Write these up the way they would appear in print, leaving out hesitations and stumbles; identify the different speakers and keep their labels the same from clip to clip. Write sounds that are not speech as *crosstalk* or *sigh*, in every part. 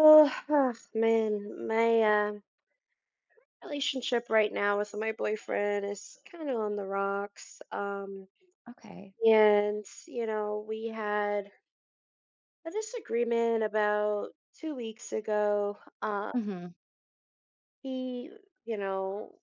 Speaker 1: Oh, *sighs* man, my relationship right now with my boyfriend is kind of on the rocks.
Speaker 2: Okay.
Speaker 1: And, you know, we had a disagreement about 2 weeks ago.
Speaker 2: Mhm.
Speaker 1: He, you know,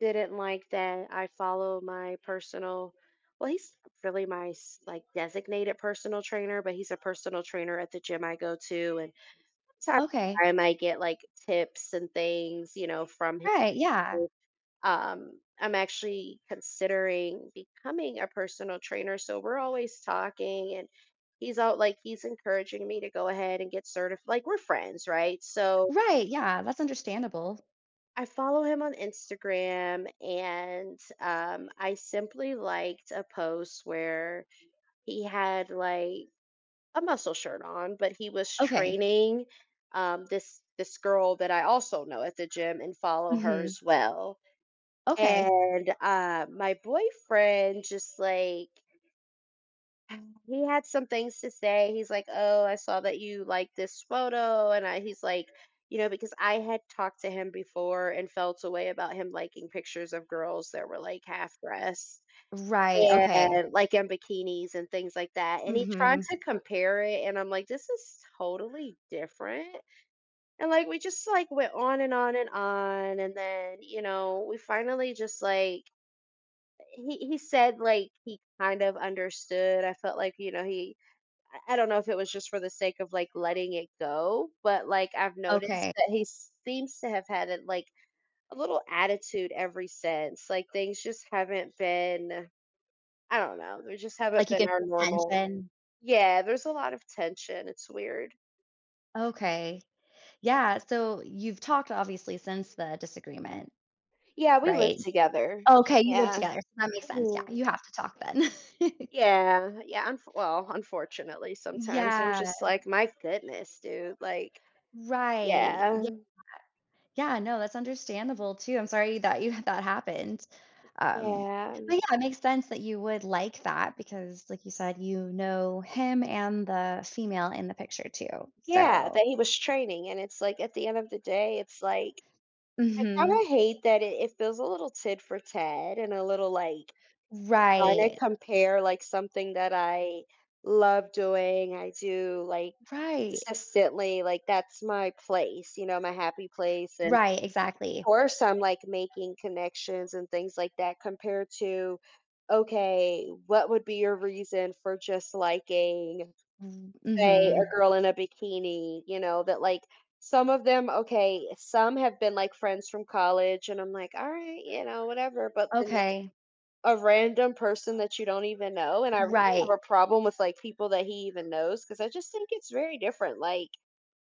Speaker 1: didn't like that I follow my personal, well, he's not really my like designated personal trainer, but he's a personal trainer at the gym I go to. And time
Speaker 2: Okay.
Speaker 1: to time I get like tips and things, you know, from him.
Speaker 2: Right, yeah.
Speaker 1: I'm actually considering becoming a personal trainer. So we're always talking and he's out like he's encouraging me to go ahead and get certified. Like we're friends, right? So
Speaker 2: Right, yeah, that's understandable.
Speaker 1: I follow him on Instagram and I simply liked a post where he had like a muscle shirt on, but he was
Speaker 2: Okay.
Speaker 1: training this girl that I also know at the gym and follow her
Speaker 2: Mhm.
Speaker 1: as well.
Speaker 2: Okay.
Speaker 1: And my boyfriend just like *sighs* he had some things to say. He's like, "Oh, I saw that you like this photo." And I, he's like, you know, because I had talked to him before and felt a way about him liking pictures of girls that were like half dressed
Speaker 2: Right, okay.
Speaker 1: and like in bikinis and things like that, and he tried
Speaker 2: Mhm.
Speaker 1: to compare it, and I'm like, this is totally different. And like we just like went on and on and on, and then you know we finally just like he said like he kind of understood. I felt like, you know, he I don't know if it was just for the sake of like letting it go, but like I've noticed
Speaker 2: Okay.
Speaker 1: that he seems to have had a, like a little attitude ever since. Like things just haven't been, I don't know, they just haven't
Speaker 2: Like, you
Speaker 1: been
Speaker 2: can
Speaker 1: our
Speaker 2: pay
Speaker 1: normal.
Speaker 2: attention.
Speaker 1: Yeah, there's a lot of tension. It's weird.
Speaker 2: Okay. Yeah, so you've talked, obviously, since the disagreement,
Speaker 1: Yeah, we live
Speaker 2: right?
Speaker 1: together.
Speaker 2: Okay, you live
Speaker 1: Yeah.
Speaker 2: together, so that makes sense, yeah,
Speaker 1: Mhm.
Speaker 2: you have to talk then. *laughs*
Speaker 1: Yeah, yeah. Unf Well, unfortunately, sometimes I'm
Speaker 2: Yeah,
Speaker 1: just like, my goodness, dude. Like,
Speaker 2: right.
Speaker 1: yeah.
Speaker 2: Yeah, no, that's understandable too. I'm sorry that you *laughs* had that happened. Um,
Speaker 1: Yeah,
Speaker 2: but yeah, it makes sense that you would like that because, like you said, you know him and the female in the picture too.
Speaker 1: yeah,
Speaker 2: So,
Speaker 1: that he was training, and it's like at the end of the day, it's like I kind
Speaker 2: hmm
Speaker 1: of hate that it feels a little tit for tat and a little like trying to
Speaker 2: right,
Speaker 1: compare like something that I love doing, I do like
Speaker 2: right,
Speaker 1: consistently, like that's my place, you know, my happy place, and
Speaker 2: right,
Speaker 1: of
Speaker 2: exactly.
Speaker 1: course I'm like making connections and things like that compared to okay, what would be your reason for just liking? Say
Speaker 2: hmm
Speaker 1: a girl in a bikini, you know, that like some of them, okay, some have been like friends from college, and I'm like, all right, you know, whatever. But then like
Speaker 2: Okay,
Speaker 1: a random person that you don't even know. And I really
Speaker 2: right.
Speaker 1: have a problem with like people that he even knows because I just think it's very different. Like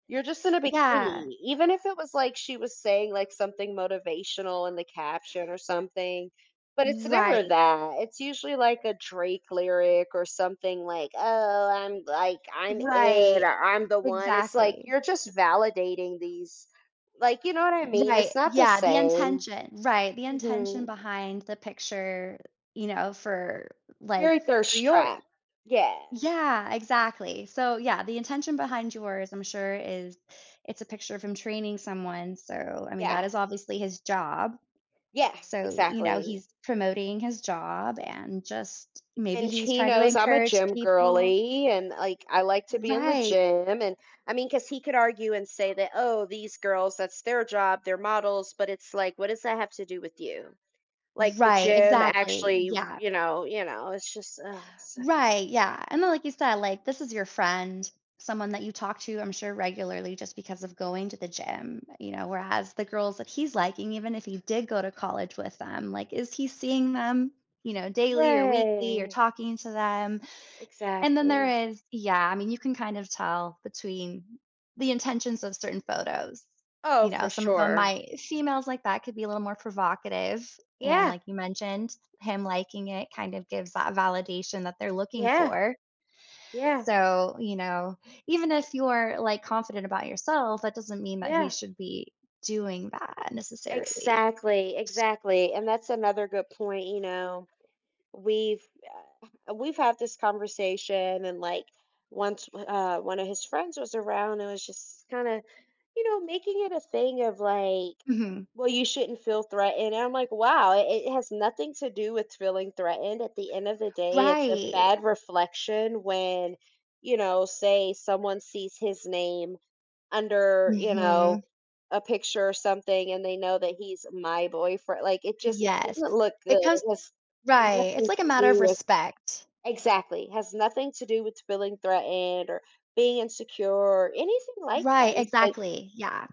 Speaker 1: you're just in a
Speaker 2: Yeah,
Speaker 1: bikini. Even if it was like she was saying like something motivational in the caption or something, but it's
Speaker 2: right,
Speaker 1: never that. It's usually like a Drake lyric or something like, "Oh, I'm like I'm
Speaker 2: right,
Speaker 1: it. Or, I'm the one." It's like
Speaker 2: exactly.
Speaker 1: you're just validating these like, you know what I mean?
Speaker 2: Right,
Speaker 1: It's not the
Speaker 2: yeah, the
Speaker 1: same.
Speaker 2: intention right, the intention
Speaker 1: Mhm.
Speaker 2: behind the picture, you know, for, like,
Speaker 1: Very
Speaker 2: for
Speaker 1: thirst
Speaker 2: your
Speaker 1: trap. Yeah.
Speaker 2: Yeah, exactly. So, yeah, the intention behind yours, I'm sure, is it's a picture of him training someone, so, I mean, that
Speaker 1: Yeah.
Speaker 2: is obviously his job.
Speaker 1: Yeah,
Speaker 2: So, you know,
Speaker 1: exactly.
Speaker 2: he's promoting his job and just maybe
Speaker 1: And
Speaker 2: he's
Speaker 1: he
Speaker 2: trying to
Speaker 1: knows I'm a
Speaker 2: encourage
Speaker 1: gym
Speaker 2: people.
Speaker 1: girly and, like, I like to be in the
Speaker 2: Right,
Speaker 1: gym, and I mean, because he could argue and say that, "Oh, these girls, that's their job, they're models," but it's like, what does that have to do with you? Like, the
Speaker 2: right,
Speaker 1: gym
Speaker 2: exactly,
Speaker 1: actually,
Speaker 2: yeah.
Speaker 1: you know, it's just, ugh, it's like
Speaker 2: Right, yeah, and then like you said, like, this is your friend, someone that you talk to, I'm sure, regularly just because of going to the gym, you know, whereas the girls that he's liking, even if he did go to college with them, like, is he seeing them, you know, daily or weekly or
Speaker 1: right.
Speaker 2: talking to them? And then
Speaker 1: Exactly.
Speaker 2: there is, yeah, I mean, you can kind of tell between the intentions of certain photos.
Speaker 1: Oh,
Speaker 2: You know,
Speaker 1: for
Speaker 2: some of them,
Speaker 1: sure.
Speaker 2: might females like that could be a little more provocative, and
Speaker 1: Yeah.
Speaker 2: like you mentioned, him liking it kind of gives that validation that they're looking
Speaker 1: Yeah.
Speaker 2: for.
Speaker 1: Yeah.
Speaker 2: So, you know, even if you're, like, confident about yourself, that doesn't mean that he
Speaker 1: Yeah.
Speaker 2: should be doing that necessarily.
Speaker 1: Exactly, exactly, and that's another good point, you know. We've we've had this conversation and like once one of his friends was around, it was just kind of you know making it a thing of like,
Speaker 2: Mhm.
Speaker 1: well, you shouldn't feel threatened, and I'm like, wow, it has nothing to do with feeling threatened. At the end of the day, it's a
Speaker 2: Right.
Speaker 1: bad reflection when you know say someone sees his name under, you know,
Speaker 2: Mhm.
Speaker 1: a picture or something, and they know that he's my boyfriend. Like, it just it
Speaker 2: Yes.
Speaker 1: doesn't look good.
Speaker 2: It comes
Speaker 1: It has
Speaker 2: Right, it's
Speaker 1: nothing
Speaker 2: like a
Speaker 1: to
Speaker 2: matter of
Speaker 1: do with.
Speaker 2: respect.
Speaker 1: Exactly. It has nothing to do with feeling threatened or being insecure or anything like
Speaker 2: Right,
Speaker 1: that. It's like,
Speaker 2: exactly. Yeah.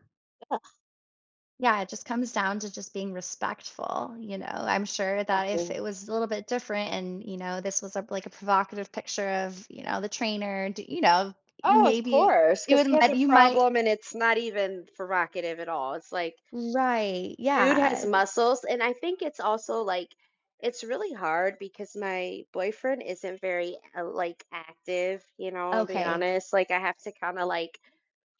Speaker 2: Yeah, it just comes down to just being respectful, you know. I'm sure
Speaker 1: I
Speaker 2: that if
Speaker 1: mean,
Speaker 2: it was a little bit different and, you know, this was a like a provocative picture of, you know, the trainer, d you know,
Speaker 1: oh, of
Speaker 2: maybe
Speaker 1: course,
Speaker 2: it
Speaker 1: because
Speaker 2: would
Speaker 1: he has
Speaker 2: might
Speaker 1: a
Speaker 2: you might
Speaker 1: problem and it's not even provocative at all. It's like,
Speaker 2: right,
Speaker 1: dude
Speaker 2: yeah,
Speaker 1: has
Speaker 2: it just
Speaker 1: muscles. And I think it's also, like it's really hard because my boyfriend isn't very, like, active, you know, I'll be
Speaker 2: okay.
Speaker 1: honest, like, I have to kinda, like,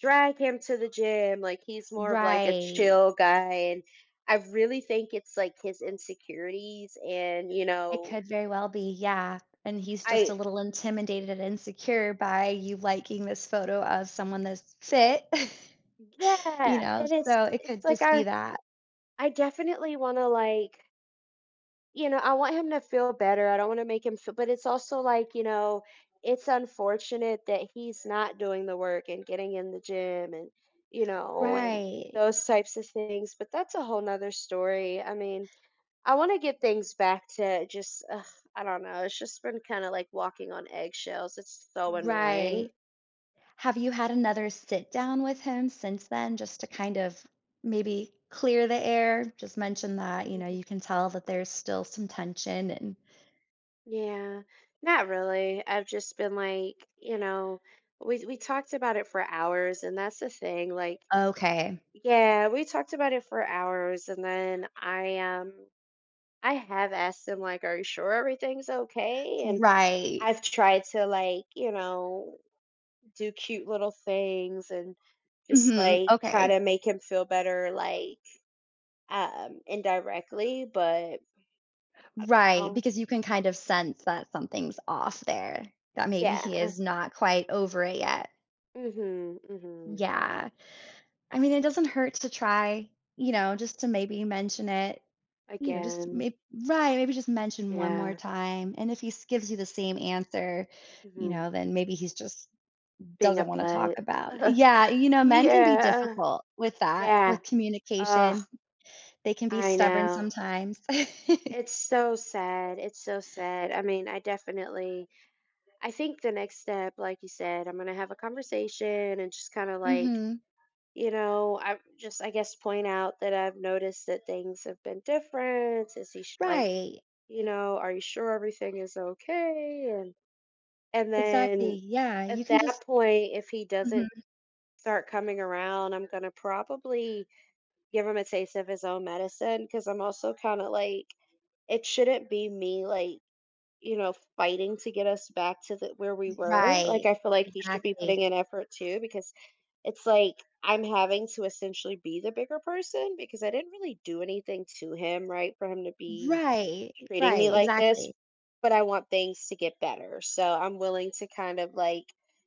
Speaker 1: drag him to the gym, like, he's more of, like, a
Speaker 2: Right.
Speaker 1: chill guy, and I really think it's, like, his insecurities and, you
Speaker 2: It
Speaker 1: know,
Speaker 2: could very well be, yeah, and he's just a
Speaker 1: I
Speaker 2: little intimidated and insecure by you liking this photo of someone that's fit, *laughs* you
Speaker 1: Yeah,
Speaker 2: know,
Speaker 1: and it's
Speaker 2: so it
Speaker 1: it's
Speaker 2: could
Speaker 1: like
Speaker 2: just be
Speaker 1: I
Speaker 2: that.
Speaker 1: I definitely wanna, like, you know, I want him to feel better. I don't want to make him feel, but it's also like, you know, it's unfortunate that he's not doing the work and getting in the gym and, you know, and
Speaker 2: Right.
Speaker 1: those types of things. But that's a whole nother story. I mean, I want to get things back to just, ugh, I don't know. It's just been kind of like walking on eggshells. It's so
Speaker 2: Right.
Speaker 1: annoying.
Speaker 2: Have you had another sit down with him since then just to kind of maybe clear the air? Just mention that, you know,
Speaker 1: Mhm.
Speaker 2: you can tell that there's still some tension and
Speaker 1: Yeah, not really. I've just been like, you know, we talked about it for hours, and that's the thing. Like,
Speaker 2: okay.
Speaker 1: yeah, we talked about it for hours, and then I have asked him like, are you sure everything's okay? And
Speaker 2: Right.
Speaker 1: I've tried to like, you know, do cute little things and just
Speaker 2: Mhm.
Speaker 1: like try
Speaker 2: Okay.
Speaker 1: to make him feel better like indirectly, but
Speaker 2: Right,
Speaker 1: oh
Speaker 2: because you can kind of sense that something's off there. That maybe he
Speaker 1: yeah.
Speaker 2: is not quite over it yet.
Speaker 1: Mhm. Mhm.
Speaker 2: Yeah. I mean, it doesn't hurt to try, you know, just to maybe mention it, you know, just
Speaker 1: Again.
Speaker 2: maybe, right, maybe just mention one more
Speaker 1: Yeah.
Speaker 2: time. And if he gives you the same answer, you
Speaker 1: Mhm.
Speaker 2: know, then maybe he's just
Speaker 1: Being a
Speaker 2: doesn't want to talk
Speaker 1: butt.
Speaker 2: about it.
Speaker 1: *laughs*
Speaker 2: Yeah, you know, men can be
Speaker 1: Yeah.
Speaker 2: difficult with that,
Speaker 1: Yeah.
Speaker 2: with
Speaker 1: Oh,
Speaker 2: communication. They can be
Speaker 1: I
Speaker 2: stubborn
Speaker 1: know.
Speaker 2: sometimes.
Speaker 1: It's
Speaker 2: *laughs*
Speaker 1: so sad. It's so sad. I mean, I definitely I think the next step, like you said, I'm gonna have a conversation and just kind of like,
Speaker 2: hmm
Speaker 1: you know, I just I guess point out that I've noticed that things have been different. Is he like,
Speaker 2: Right.
Speaker 1: you know, are you sure everything is okay? And
Speaker 2: Exactly.
Speaker 1: then
Speaker 2: Yeah. You
Speaker 1: at
Speaker 2: can
Speaker 1: that
Speaker 2: just,
Speaker 1: point, if he doesn't
Speaker 2: Mhm.
Speaker 1: start coming around, I'm gonna probably give him a taste of his own medicine because I'm also kind of like, it shouldn't be me like you know, fighting to get us back to the where we were. Like,
Speaker 2: Right.
Speaker 1: I feel like he should be
Speaker 2: Exactly.
Speaker 1: putting in effort too, because it's like I'm having to essentially be the bigger person because I didn't really do anything to him, right? For him to be
Speaker 2: Right.
Speaker 1: treating me
Speaker 2: Right.
Speaker 1: like this,
Speaker 2: Exactly.
Speaker 1: but I want things to get better. So I'm willing to kind of like,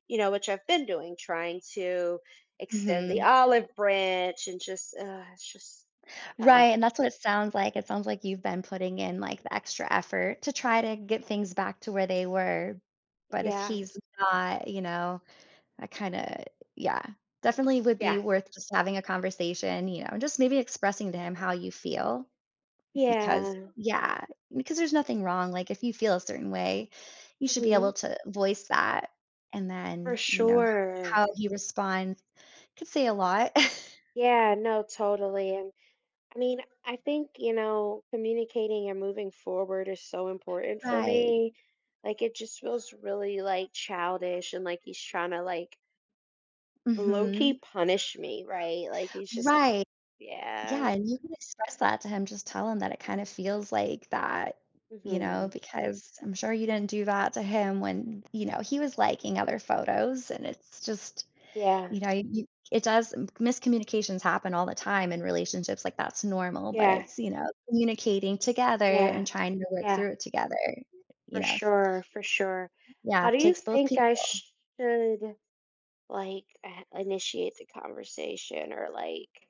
Speaker 1: you know, which I've been doing, trying to extend the
Speaker 2: hmm
Speaker 1: olive branch and just, it's just
Speaker 2: Right,
Speaker 1: tough.
Speaker 2: and that's what it sounds like. It sounds like you've been putting in, like, the extra effort to try to get things back to where they were, but if
Speaker 1: Yeah.
Speaker 2: he's not, you know, that kinda yeah, definitely would be
Speaker 1: Yeah.
Speaker 2: worth just having a conversation, you know, and just maybe expressing to him how you feel because
Speaker 1: Yeah.
Speaker 2: yeah, because there's nothing wrong, like, if you feel a certain way, you should be
Speaker 1: Mhm.
Speaker 2: able to voice that, and
Speaker 1: For
Speaker 2: then, you know,
Speaker 1: sure.
Speaker 2: how he responds could say a lot. *laughs*
Speaker 1: Yeah, no, totally. And I mean, I think, you know, communicating and moving forward is so important for
Speaker 2: Right,
Speaker 1: me. Like it just feels really like childish and like he's trying to like low key
Speaker 2: mhm.
Speaker 1: punish me, right? Like he's just
Speaker 2: Right.
Speaker 1: yeah.
Speaker 2: Yeah, and you can express that to him, just tell him that it kinda feels like that, you
Speaker 1: Hmm.
Speaker 2: know, because I'm sure you didn't do that to him when, you know, he was liking other photos, and it's just,
Speaker 1: Yeah.
Speaker 2: you know, you it does miscommunications happen all the time in relationships, like, that's normal, but
Speaker 1: Yeah.
Speaker 2: it's, you know, communicating together and
Speaker 1: Yeah.
Speaker 2: trying to work
Speaker 1: Yeah.
Speaker 2: through it together, you
Speaker 1: For
Speaker 2: know,
Speaker 1: sure, for sure.
Speaker 2: yeah,
Speaker 1: How
Speaker 2: it
Speaker 1: do you
Speaker 2: takes both
Speaker 1: think
Speaker 2: people.
Speaker 1: I should like initiate the conversation or like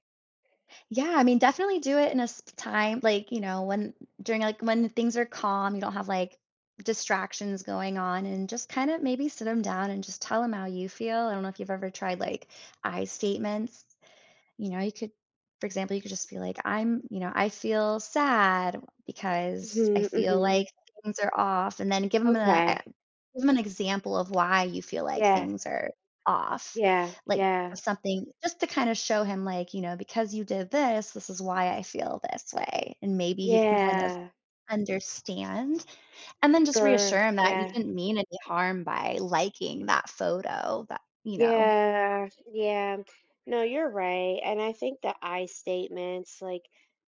Speaker 2: Yeah, I mean, definitely do it in a time like, you know, when during like when things are calm, you don't have like distractions going on, and just kind of maybe sit them down and just tell them how you feel. I don't know if you've ever tried like I statements. You know, you could, for example, you could just be like, I'm, you know, I feel sad because I
Speaker 1: hmm
Speaker 2: feel like
Speaker 1: hmm
Speaker 2: things are off, and then give them a
Speaker 1: okay.
Speaker 2: Give Give 'em an example of why you feel like
Speaker 1: Yeah.
Speaker 2: things are off,
Speaker 1: Yeah,
Speaker 2: like, or
Speaker 1: yeah,
Speaker 2: something just to kinda show him, like, you know, "Because you did this, this is why I feel this way," and maybe he can kind of
Speaker 1: yeah,
Speaker 2: understand, and then just
Speaker 1: sure,
Speaker 2: reassure him that you
Speaker 1: yeah,
Speaker 2: didn't mean any harm by liking that photo, that you know.
Speaker 1: yeah, yeah. No, you're right. And I think the I statements, like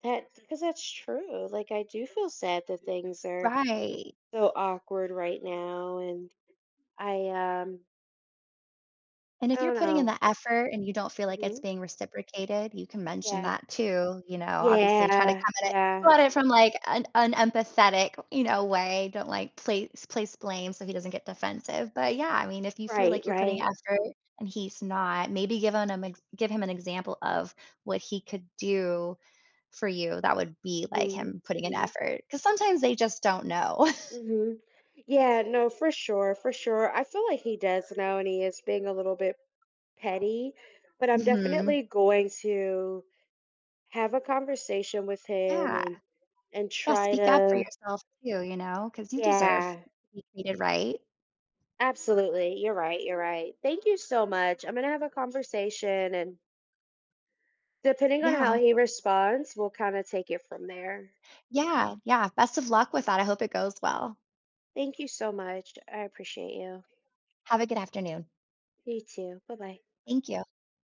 Speaker 1: that, because that's true. Like, I do feel sad that things are
Speaker 2: Right.
Speaker 1: so awkward right now. And I, um,
Speaker 2: And
Speaker 1: I
Speaker 2: if you're
Speaker 1: don't
Speaker 2: putting in
Speaker 1: know.
Speaker 2: the effort and you don't feel like it's
Speaker 1: Hmm.
Speaker 2: being reciprocated, you can mention
Speaker 1: Yeah,
Speaker 2: that too, you know, obviously try to
Speaker 1: yeah,
Speaker 2: come at it
Speaker 1: yeah,
Speaker 2: go at it from like an empathetic, you know, way. Don't like place blame so he doesn't get defensive. But yeah, I mean, if you feel
Speaker 1: right,
Speaker 2: like you're putting
Speaker 1: right.
Speaker 2: effort and he's not, maybe give him an example of what he could do for you that would be like
Speaker 1: Hmm.
Speaker 2: him putting an
Speaker 1: Hmm.
Speaker 2: effort because sometimes they just don't know. *laughs*
Speaker 1: Hmm. Yeah, no, for sure, for sure. I feel like he does know, and he is being a little bit petty, but I'm
Speaker 2: Mhm.
Speaker 1: definitely going to have a conversation with him
Speaker 2: Yeah.
Speaker 1: and
Speaker 2: Yeah,
Speaker 1: try
Speaker 2: speak up for
Speaker 1: to
Speaker 2: yourself too, you know, because you deserve to
Speaker 1: yeah,
Speaker 2: be treated right.
Speaker 1: absolutely. You're right, you're right. Thank you so much. I'm going to have a conversation, and depending on
Speaker 2: Yeah, I
Speaker 1: how
Speaker 2: hope
Speaker 1: he responds, we'll kind of take it from there.
Speaker 2: Yeah, yeah, best of luck with that, I hope it goes well.
Speaker 1: Thank you so much. I appreciate you.
Speaker 2: Have a good afternoon.
Speaker 1: You too. Bye-bye.
Speaker 2: Thank you.